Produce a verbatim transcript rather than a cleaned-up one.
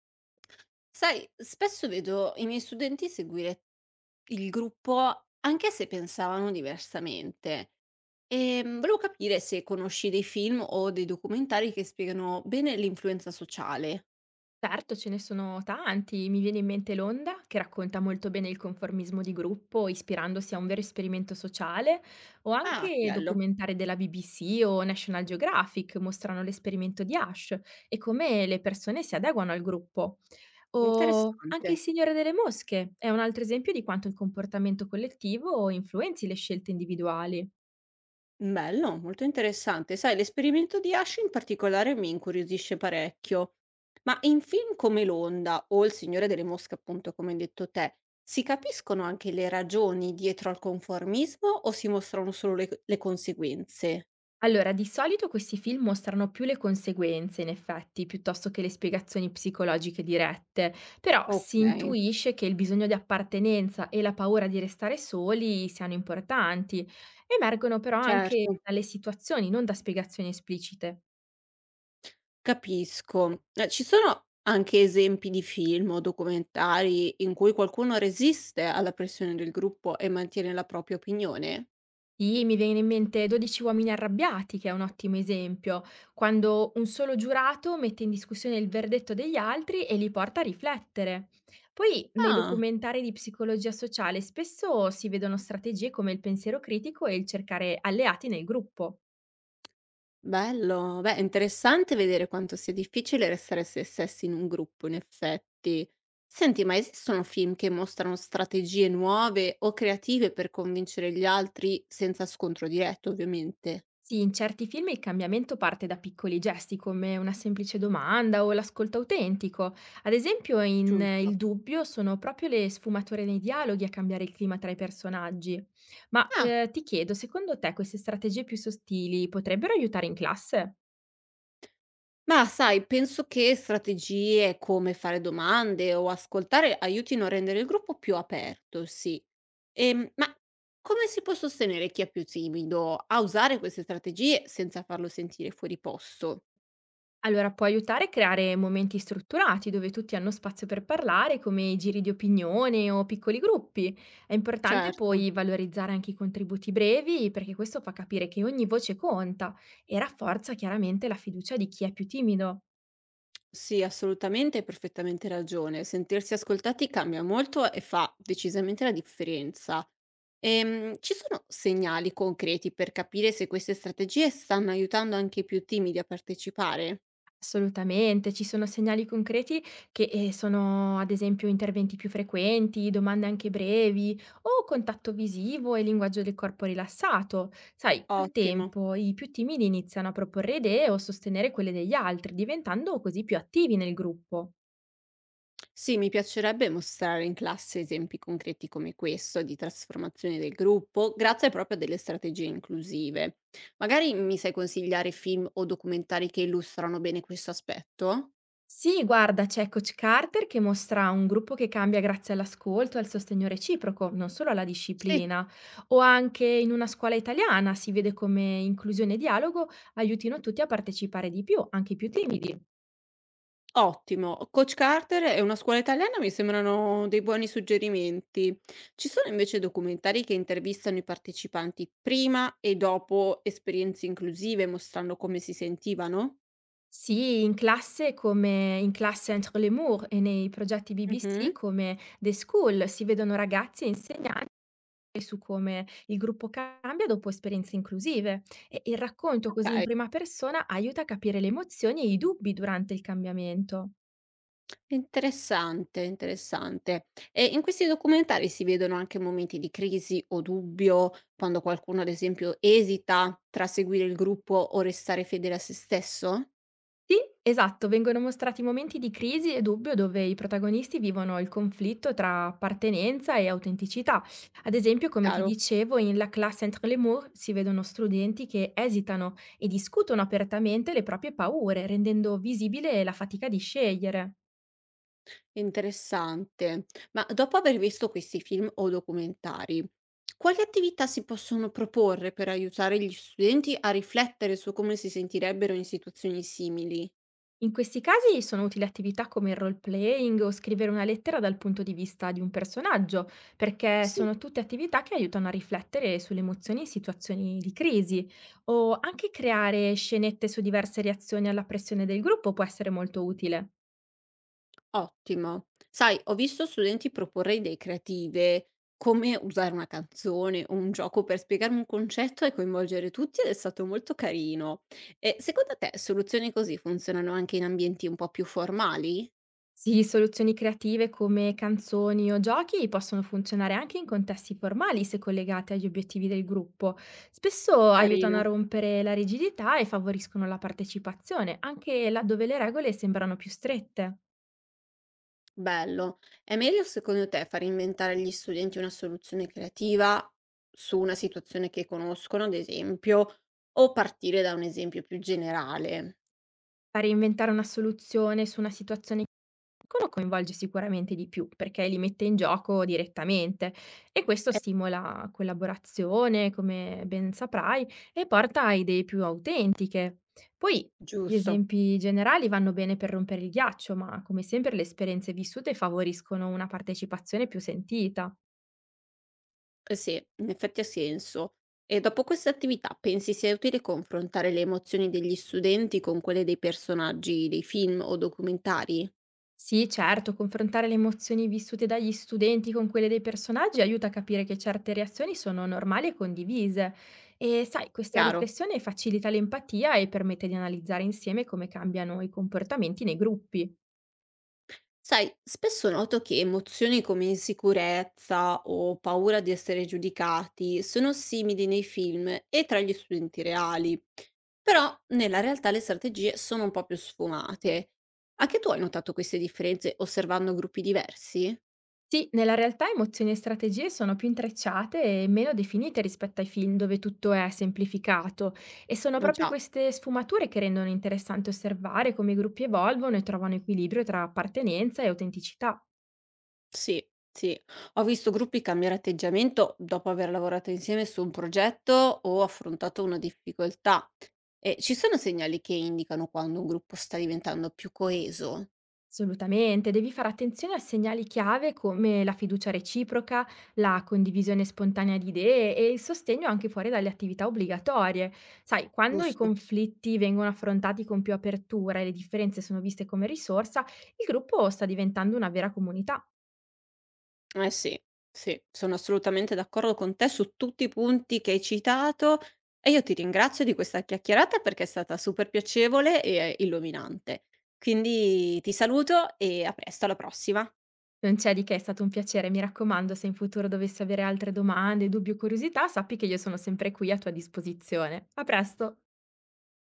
Sai, spesso vedo i miei studenti seguire il gruppo anche se pensavano diversamente. E mm, volevo capire se conosci dei film o dei documentari che spiegano bene l'influenza sociale. Certo, ce ne sono tanti. Mi viene in mente L'Onda, che racconta molto bene il conformismo di gruppo, ispirandosi a un vero esperimento sociale, o Ah, che anche bello, documentari della B B C o National Geographic mostrano l'esperimento di Ash e come le persone si adeguano al gruppo. O anche Il interessante. Signore delle Mosche è un altro esempio di quanto il comportamento collettivo influenzi le scelte individuali. Bello, molto interessante. Sai, l'esperimento di Ash in particolare mi incuriosisce parecchio. Ma in film come L'Onda o Il Signore delle Mosche, appunto, come hai detto te, si capiscono anche le ragioni dietro al conformismo o si mostrano solo le, le conseguenze? Allora, di solito questi film mostrano più le conseguenze, in effetti, piuttosto che le spiegazioni psicologiche dirette, però Ok, si intuisce che il bisogno di appartenenza e la paura di restare soli siano importanti. Emergono però anche certo, dalle situazioni, non da spiegazioni esplicite. capisco. Eh, ci sono anche esempi di film o documentari in cui qualcuno resiste alla pressione del gruppo e mantiene la propria opinione? Sì, mi viene in mente "dodici uomini arrabbiati", che è un ottimo esempio, quando un solo giurato mette in discussione il verdetto degli altri e li porta a riflettere. Poi nei Ah. documentari di psicologia sociale spesso si vedono strategie come il pensiero critico e il cercare alleati nel gruppo. Bello. Beh, è interessante vedere quanto sia difficile restare se stessi in un gruppo, in effetti. Senti, ma esistono film che mostrano strategie nuove o creative per convincere gli altri senza scontro diretto, ovviamente? Sì, in certi film il cambiamento parte da piccoli gesti come una semplice domanda o l'ascolto autentico. Ad esempio, in eh, Giusto. Il dubbio sono proprio le sfumature nei dialoghi a cambiare il clima tra i personaggi. Ma Ah, eh, ti chiedo, secondo te queste strategie più sottili potrebbero aiutare in classe? ma sai, penso che strategie come fare domande o ascoltare aiutino a rendere il gruppo più aperto, sì. Ehm, ma come si può sostenere chi è più timido a usare queste strategie senza farlo sentire fuori posto? Allora, può aiutare a creare momenti strutturati dove tutti hanno spazio per parlare, come giri di opinione o piccoli gruppi. È importante Certo, poi valorizzare anche i contributi brevi, perché questo fa capire che ogni voce conta e rafforza chiaramente la fiducia di chi è più timido. sì, assolutamente, hai perfettamente ragione. Sentirsi ascoltati cambia molto e fa decisamente la differenza. Ehm, ci sono segnali concreti per capire se queste strategie stanno aiutando anche i più timidi a partecipare? Assolutamente, ci sono segnali concreti che, ehm, sono ad esempio interventi più frequenti, domande anche brevi o contatto visivo e linguaggio del corpo rilassato. Sai, col Ottimo. tempo i più timidi iniziano a proporre idee o sostenere quelle degli altri, diventando così più attivi nel gruppo. Sì, mi piacerebbe mostrare in classe esempi concreti come questo di trasformazione del gruppo, grazie proprio a delle strategie inclusive. Magari mi sai consigliare film o documentari che illustrano bene questo aspetto? Sì, guarda, c'è Coach Carter che mostra un gruppo che cambia grazie all'ascolto e al sostegno reciproco, non solo alla Sì. disciplina, o anche in una scuola italiana si vede come inclusione e dialogo aiutino tutti a partecipare di più, anche i più timidi. Ottimo. Coach Carter e Una scuola italiana mi sembrano dei buoni suggerimenti. Ci sono invece documentari che intervistano i partecipanti prima e dopo esperienze inclusive, mostrando come si sentivano? Sì, in classe come in classe Entre les Murs e nei progetti B B C Mhm. come The School si vedono ragazzi e insegnanti su come il gruppo cambia dopo esperienze inclusive e il racconto Ok, così in prima persona aiuta a capire le emozioni e i dubbi durante il cambiamento. interessante, interessante. E in questi documentari si vedono anche momenti di crisi o dubbio, quando qualcuno, ad esempio, esita tra seguire il gruppo o restare fedele a se stesso? Sì, esatto, vengono mostrati momenti di crisi e dubbio dove i protagonisti vivono il conflitto tra appartenenza e autenticità. Ad esempio, come ti Chiaro? dicevo, in La classe entre les murs si vedono studenti che esitano e discutono apertamente le proprie paure, rendendo visibile la fatica di scegliere. Interessante. Ma dopo aver visto questi film o documentari, quali attività si possono proporre per aiutare gli studenti a riflettere su come si sentirebbero in situazioni simili? In questi casi sono utili attività come il role playing o scrivere una lettera dal punto di vista di un personaggio, perché Sì. sono tutte attività che aiutano a riflettere sulle emozioni in situazioni di crisi, o anche creare scenette su diverse reazioni alla pressione del gruppo può essere molto utile. Ottimo. Sai, ho visto studenti proporre idee creative, come usare una canzone o un gioco per spiegare un concetto e coinvolgere tutti ed è stato molto carino. E secondo te soluzioni così funzionano anche in ambienti un po' più formali? Sì, soluzioni creative come canzoni o giochi possono funzionare anche in contesti formali se collegate agli obiettivi del gruppo. Spesso aiutano a Carino. rompere la rigidità e favoriscono la partecipazione, anche laddove le regole sembrano più strette. Bello. È meglio secondo te far inventare agli studenti una soluzione creativa su una situazione che conoscono, ad esempio, o partire da un esempio più generale? Fare inventare una soluzione su una situazione, quello coinvolge sicuramente di più perché li mette in gioco direttamente e questo Eh, stimola collaborazione, come ben saprai, e porta a idee più autentiche. Poi gli Giusto. esempi generali vanno bene per rompere il ghiaccio, ma come sempre le esperienze vissute favoriscono una partecipazione più sentita. Eh sì, in effetti ha senso. E dopo queste attività pensi sia utile confrontare le emozioni degli studenti con quelle dei personaggi dei film o documentari? Sì, certo, confrontare le emozioni vissute dagli studenti con quelle dei personaggi aiuta a capire che certe reazioni sono normali e condivise. E sai, questa Chiaro. riflessione facilita l'empatia e permette di analizzare insieme come cambiano i comportamenti nei gruppi. Sai, spesso noto che emozioni come insicurezza o paura di essere giudicati sono simili nei film e tra gli studenti reali, però nella realtà le strategie sono un po' più sfumate. Anche tu hai notato queste differenze osservando gruppi diversi? Sì, nella realtà emozioni e strategie sono più intrecciate e meno definite rispetto ai film dove tutto è semplificato e sono Ah proprio già, queste sfumature che rendono interessante osservare come i gruppi evolvono e trovano equilibrio tra appartenenza e autenticità. sì, sì. Ho visto gruppi cambiare atteggiamento dopo aver lavorato insieme su un progetto o affrontato una difficoltà. E ci sono segnali che indicano quando un gruppo sta diventando più coeso? Assolutamente, devi fare attenzione a segnali chiave come la fiducia reciproca, la condivisione spontanea di idee e il sostegno anche fuori dalle attività obbligatorie. Sai, quando i Giusto. conflitti vengono affrontati con più apertura e le differenze sono viste come risorsa, il gruppo sta diventando una vera comunità. Eh sì, sì, sono assolutamente d'accordo con te su tutti i punti che hai citato e io ti ringrazio di questa chiacchierata perché è stata super piacevole e illuminante. Quindi ti saluto e a presto, alla prossima. Non c'è di che, è stato un piacere, mi raccomando, se in futuro dovessi avere altre domande, dubbi o curiosità, sappi che io sono sempre qui a tua disposizione. A presto!